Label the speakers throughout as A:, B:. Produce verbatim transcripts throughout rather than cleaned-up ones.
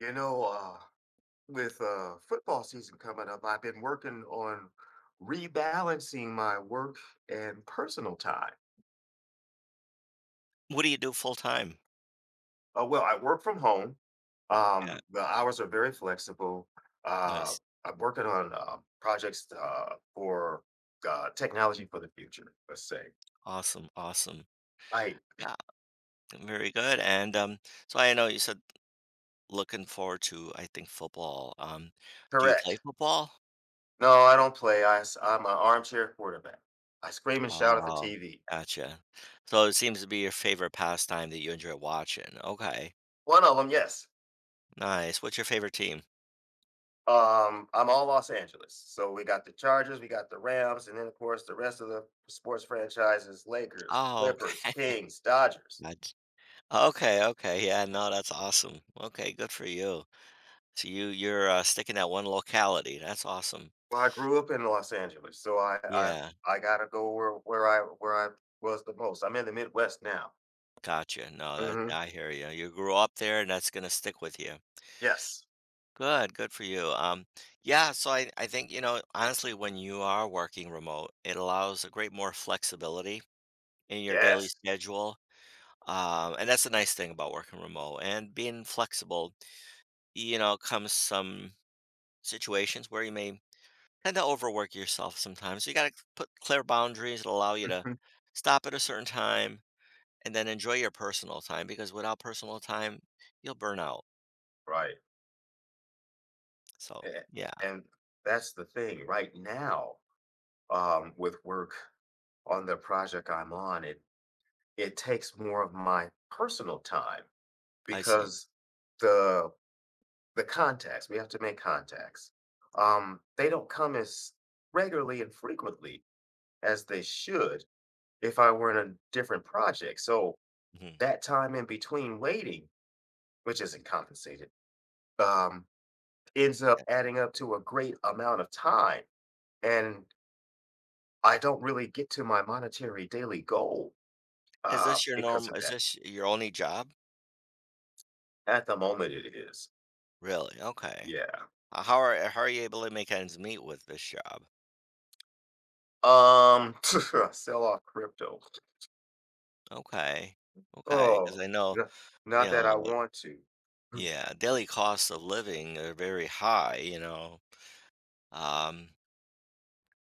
A: You know, uh, with uh, football season coming up, I've been working on rebalancing my work and personal time.
B: What do you do full time?
A: Uh, well, I work from home.
B: Yeah.
A: Um, the hours are very flexible. Uh,
B: Nice.
A: I'm working on uh, projects uh, for uh, technology for the future, let's say.
B: Awesome, awesome.
A: I
B: Yeah, very good, and, um, so I know you said looking forward to, I think, football, um, do you play
A: correct.
B: football?
A: No, I don't play. I am an armchair quarterback. I scream and shout at the
B: Oh,
A: T V.
B: gotcha. So it seems to be your favorite pastime that you enjoy watching. Okay,
A: One of them, yes.
B: nice. What's your favorite team?
A: Um, I'm all Los Angeles. So we got the Chargers, we got the Rams, and then of course the rest of the sports franchises: Lakers,
B: Oh,
A: Clippers,
B: okay.
A: Kings, Dodgers.
B: Gotcha. Okay, okay, yeah, no, that's awesome. Okay, good for you. So you you're, uh, sticking at one locality, that's awesome.
A: Well, I grew up in Los Angeles, so I I
B: Yeah.
A: I gotta go where where I where I was the most. I'm in the Midwest now.
B: Gotcha. No, that,
A: Hmm.
B: I hear you. You grew up there and that's gonna stick with you.
A: Yes,
B: Good, good for you. Um, yeah, so I, I think, you know, honestly, when you are working remote, it allows a great more flexibility in your daily
A: yes.
B: schedule. Um, and that's a nice thing about working remote and being flexible, you know, comes some situations where you may tend to overwork yourself sometimes. You gotta put clear boundaries that allow you to
A: Mhm.
B: stop at a certain time and then enjoy your personal time because without personal time, you'll burn out.
A: Right.
B: So,
A: A-
B: yeah.
A: And that's the thing right now. Um, with work on the project I'm on, it it takes more of my personal time
B: I see.
A: because the the contacts we have to make contacts um they don't come as regularly and frequently as they should if I were in a different project, so
B: Mhm.
A: that time in between waiting, which isn't compensated, um ends up
B: Yeah.
A: adding up to a great amount of time, and I don't really get to my monetary daily goal
B: Is
A: uh
B: this your
A: because
B: normal?
A: of
B: Is
A: that.
B: this your only job?
A: At the moment it is.
B: Really? Okay.
A: Yeah.
B: Uh, how are how are you able to make ends meet with this job?
A: um sell off crypto.
B: Okay. Okay. Because
A: Oh,
B: I know,
A: no,
B: you
A: not that I
B: know, uh,
A: want to.
B: yeah, daily costs of living are very high, you know. Um,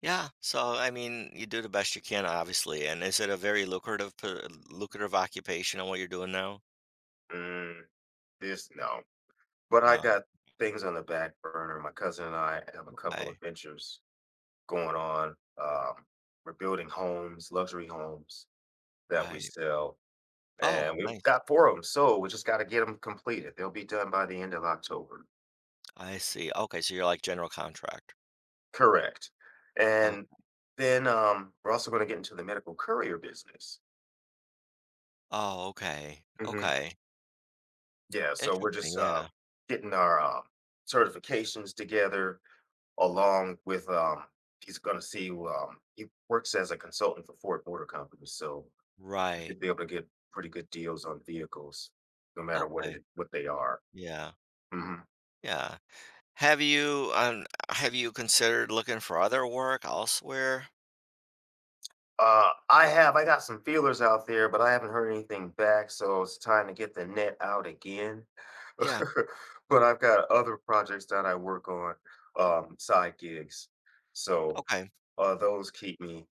B: yeah, so I mean, you do the best you can, obviously. And is it a very lucrative p lucrative occupation on what you're doing now?
A: Mm, this no, but I
B: No,
A: got things on the back burner. My cousin and I have a couple of
B: okay.
A: ventures going on. Um, we're building homes, luxury homes that we
B: Right.
A: sell,
B: Oh,
A: and we've
B: nice.
A: got four of them. So we just got to get them completed. They'll be done by the end of October.
B: I see. Okay, so you're like general contractor.
A: Correct. And then um, we're also going to get into the medical courier business.
B: Oh, okay. Okay.
A: Yeah, so we're
B: Interesting,
A: just uh,
B: yeah.
A: getting our um, certifications together, along with um, he's going to see. Um, he works as a consultant for Ford Motor Company, so we
B: Right.
A: should be able to get pretty good deals on vehicles, no matter what
B: Okay.
A: it what they are.
B: Yeah.
A: Hmm.
B: Yeah. Have you, um, have you considered looking for other work elsewhere?
A: Uh, I have I got some feelers out there, but I haven't heard anything back, so it's time to get the net out again.
B: Yeah.
A: But I've got other projects that I work on, um, side gigs, so
B: Okay.
A: uh, those keep me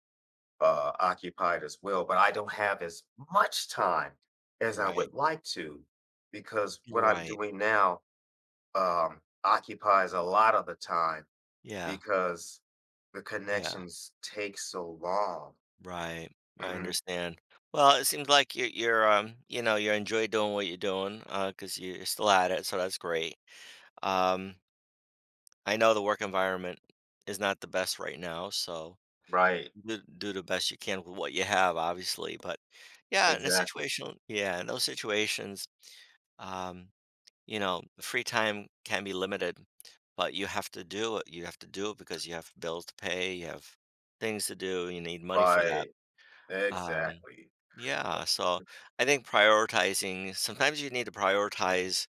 A: uh, occupied as well, but I don't have as much time as I would
B: Right.
A: like to because what I'm
B: Right.
A: doing now um, occupies a lot of the time
B: Yeah.
A: because the
B: Yeah.
A: connections take so long.
B: Right. I
A: Hmm.
B: understand. Well, it seems like you're, you're, um, you know, you enjoy doing what you're doing, uh, 'cause you're still at it, so that's great. Um, I know the work environment is not the best right now, so.
A: Right.
B: Do do the best you can with what you have, obviously, but yeah, in a
A: Exactly.
B: situation yeah, in those situations, um, you know, free time can be limited, but you have to do it. You have to do it because you have bills to pay, you have things to do, you need money for that.
A: Right.
B: Um,
A: Exactly.
B: yeah, so I think prioritizing sometimes you need to prioritize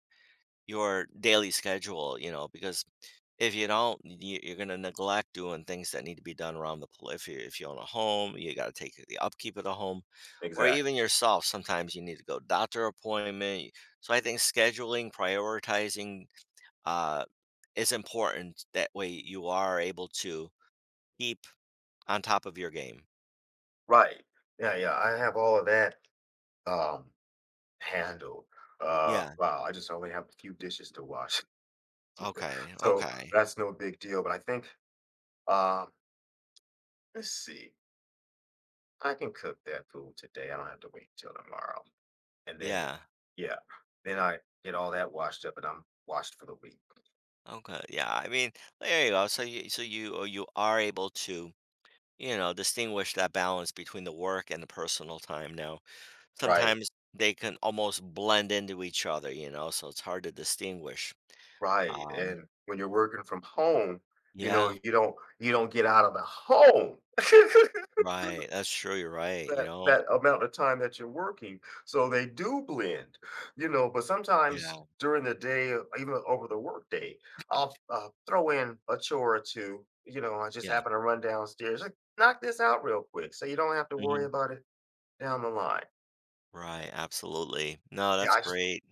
B: your daily schedule, you know, because if you don't, you you're gonna neglect doing things that need to be done around the pl if you if you own a home, you gotta take the upkeep of the home, or even
A: Exactly.
B: yourself, sometimes you need to go doctor appointment. So I think scheduling, prioritizing, uh, is important. That way you are able to keep on top of your game.
A: Right. Yeah. Yeah, I have all of that um, handled. Uh,
B: Yeah.
A: wow. I just only have a few dishes to wash,
B: Okay,
A: so
B: okay.
A: that's no big deal. But I think, um, let's see, I can cook that food today. I don't have to wait till tomorrow. And then,
B: Yeah.
A: yeah, then I get all that washed up and I'm washed for the week.
B: Okay, yeah, I mean, there you go. So you so you uh, you are able to, you know, distinguish that balance between the work and the personal time now.
A: Right,
B: Sometimes they can almost blend into each other, you know, so it's hard to distinguish.
A: right.
B: Um,
A: And when you're working from home, you know,
B: yeah,
A: you don't you don't get out of the home.
B: right, that's true, you're right, you
A: That
B: know?
A: that amount of time that you're working. So they do blend, you know, but
B: Yeah,
A: sometimes during the day, uh, even over the workday, I'll uh, throw in a chore or two. You know, I just
B: yeah,
A: happen to run downstairs, like knock this out real quick so you don't have to worry
B: mhm,
A: about it down the line.
B: right, absolutely. No,
A: Yeah,
B: that's
A: I just
B: great.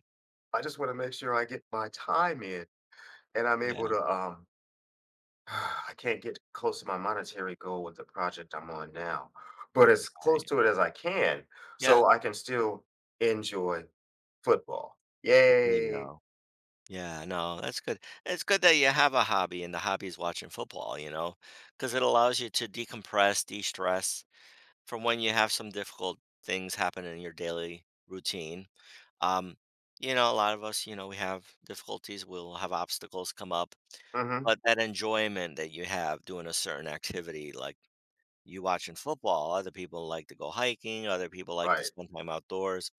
A: I just want to make sure I get my time in and I'm able
B: Yeah,
A: to um I can't get close to my monetary goal with the project I'm on now, but as close
B: right.
A: to it as I can,
B: Yeah,
A: so I can still enjoy football.
B: there you
A: Yay!
B: go. Yeah, no, that's good. It's good that you have a hobby and the hobby is watching football, you know, because it allows you to decompress, de-stress from when you have some difficult things happen in your daily routine. Um, you know, a lot of us, you know, we have difficulties, we'll have obstacles come up,
A: Hmm.
B: but that enjoyment that you have doing a certain activity, like you watching football, other people like to go hiking, other people like to
A: Right,
B: spend time outdoors.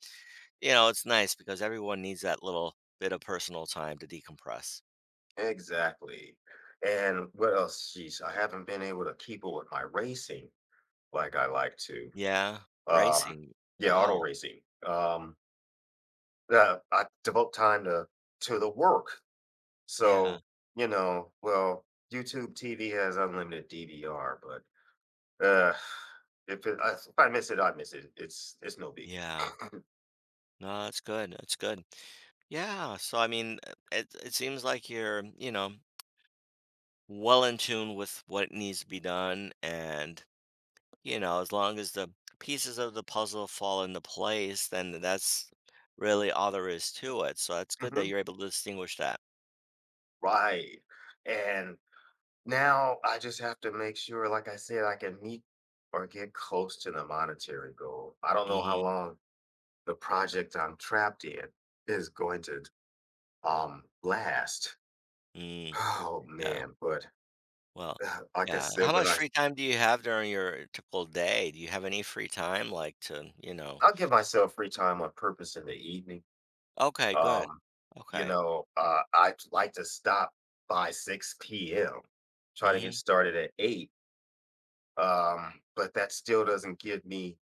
B: You know, it's nice because everyone needs that little bit of personal time to decompress.
A: exactly. And what else? Jeez, I haven't been able to keep up with my racing like I like to.
B: Yeah,
A: Um,
B: racing.
A: yeah, auto
B: Wow.
A: racing. Um, uh, I devote time to to the work,
B: Yeah,
A: so you know. Well, YouTube T V has unlimited D V R, but Uh, if it, I- if I miss it, I miss it. It's it's no biggie.
B: yeah. No, that's good. That's good. Yeah. So I mean, uh, it it seems like you're, you know, well in tune with what needs to be done and you know as long as the pieces of the puzzle fall into place then that's really all there is to it, so it's good that
A: Hmm.
B: you're able to distinguish that.
A: Right. And now I just have to make sure, like I said, I can meet or get close to the monetary goal. I don't know how
B: Mm-hmm.
A: long the project I'm trapped in is going to um last.
B: mm
A: Oh
B: yeah.
A: man, but
B: Well,
A: uh, like I
B: yeah, how
A: said, when
B: much
A: I
B: free time do you have during your typical day? Do you have any free time, like, to, you know.
A: I'll give myself free time on purpose in the evening.
B: Okay, good.
A: Um, you
B: Okay.
A: know, uh, I like to stop by six p m. Try to
B: Mm-hmm.
A: get started at eight. Um, but that still doesn't give me,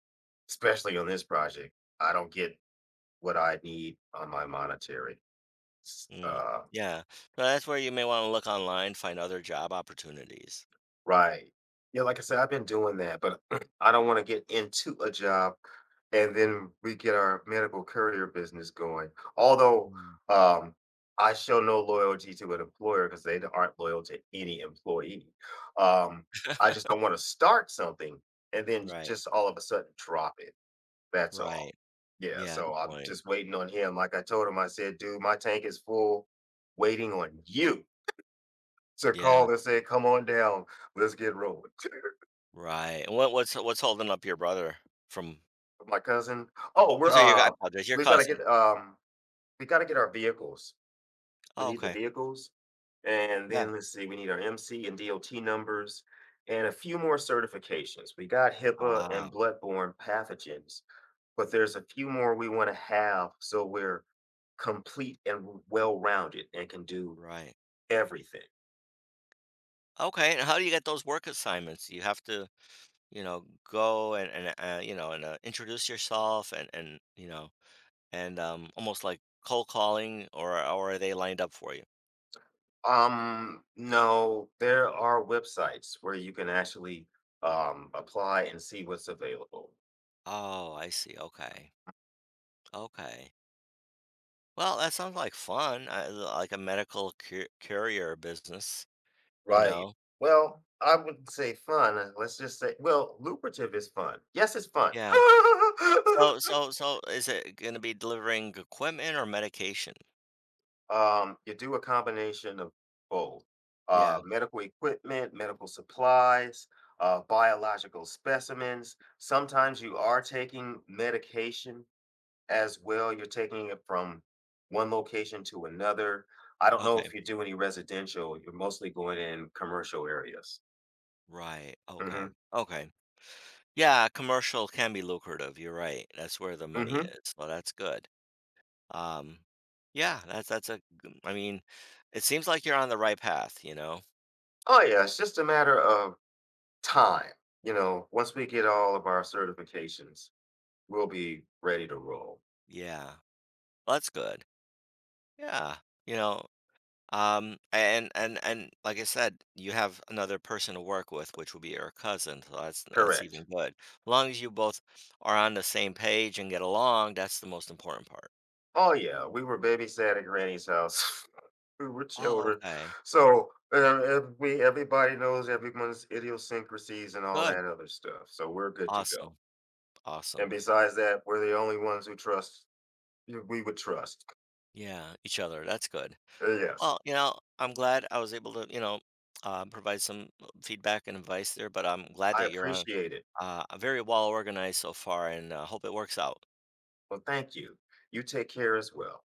A: especially on this project, I don't get what I need on my monetary s-
B: mm.
A: uh
B: Yeah, so that's where you may want to look online, find other job opportunities.
A: Right. Yeah, like I said, I've been doing that, but I don't want to get into a job and then we get our medical courier business going. Although,
B: Mm.
A: um, I show no loyalty to an employer because they aren't loyal to any employee. Um, I just don't want to start something and then
B: Right.
A: just all of a sudden drop it. That's
B: Right.
A: all. Yeah,
B: Yeah,
A: so
B: good
A: I'm
B: point.
A: just waiting on him. Like I told him, I said, dude, my tank is full, waiting on you to
B: Yeah,
A: call and say, come on down, let's get rolling.
B: right. And What what's what's holding up your brother from.
A: With my cousin? Oh,
B: I'm
A: we're,
B: sorry, your, I
A: uh
B: apologize, your
A: we gotta
B: cousin.
A: get, um we gotta get our vehicles. We
B: Oh,
A: need the
B: okay.
A: vehicles, and
B: Yeah.
A: then let's see, we need our M C and D O T numbers, and a few more certifications. We got hippa and
B: Ah,
A: bloodborne pathogens, but there's a few more we wanna have, so we're complete and well-rounded and can do
B: right.
A: everything.
B: Okay, and how do you get those work assignments? You have to, you know, go and and, uh, you know, and uh, introduce yourself and and, you know, and um almost like cold calling, or or are they lined up for you?
A: Um, no, there are websites where you can actually, um, apply and see what's available.
B: Oh, I see. Okay. Okay. Well, that sounds like fun. Uh, like a medical cur courier business, you
A: Right.
B: know.
A: Well, I wouldn't say fun. uh, Let's just say, well, lucrative is fun. Yes, it's fun.
B: Yeah. So so so is it gonna be delivering equipment or medication?
A: um, you do a combination of both,
B: Yeah.
A: uh, medical equipment, medical supplies, uh, biological specimens. Sometimes you are taking medication as well. You're taking it from one location to another. I don't know
B: Okay.
A: if you do any residential. You're mostly going in commercial areas.
B: Right. Okay.
A: Hmm.
B: Okay. Yeah, commercial can be lucrative. You're right. That's where the money
A: Hmm.
B: is. So that's good. Um, yeah, that's that's a g- I mean, it seems like you're on the right path, you know?
A: Oh yeah, it's just a matter of time. You know, once we get all of our certifications, we'll be ready to roll.
B: Yeah. That's good. Yeah. You know. Um, and and and like I said, you have another person to work with, which will be your cousin, so that's that's even
A: Correct.
B: good. As long as you both are on the same page and get along, that's the most important part.
A: Oh yeah, we were babysat at Granny's house. We were
B: Oh,
A: children,
B: okay.
A: so uh, ev- we everybody knows everyone's idiosyncrasies and all
B: Good.
A: that other stuff. So we're good to go.
B: Awesome.
A: And
B: Awesome.
A: besides that, we're the only ones who trust who we would trust.
B: Yeah, each other. That's good.
A: Uh, Yes,
B: Well, you know, I'm glad I was able to, you know, uh, provide some uh, feedback and advice there, but I'm glad
A: I
B: that you're on,
A: appreciate it.
B: uh, very well organized so far, and uh, hope it works out.
A: Well, thank you. You take care as well.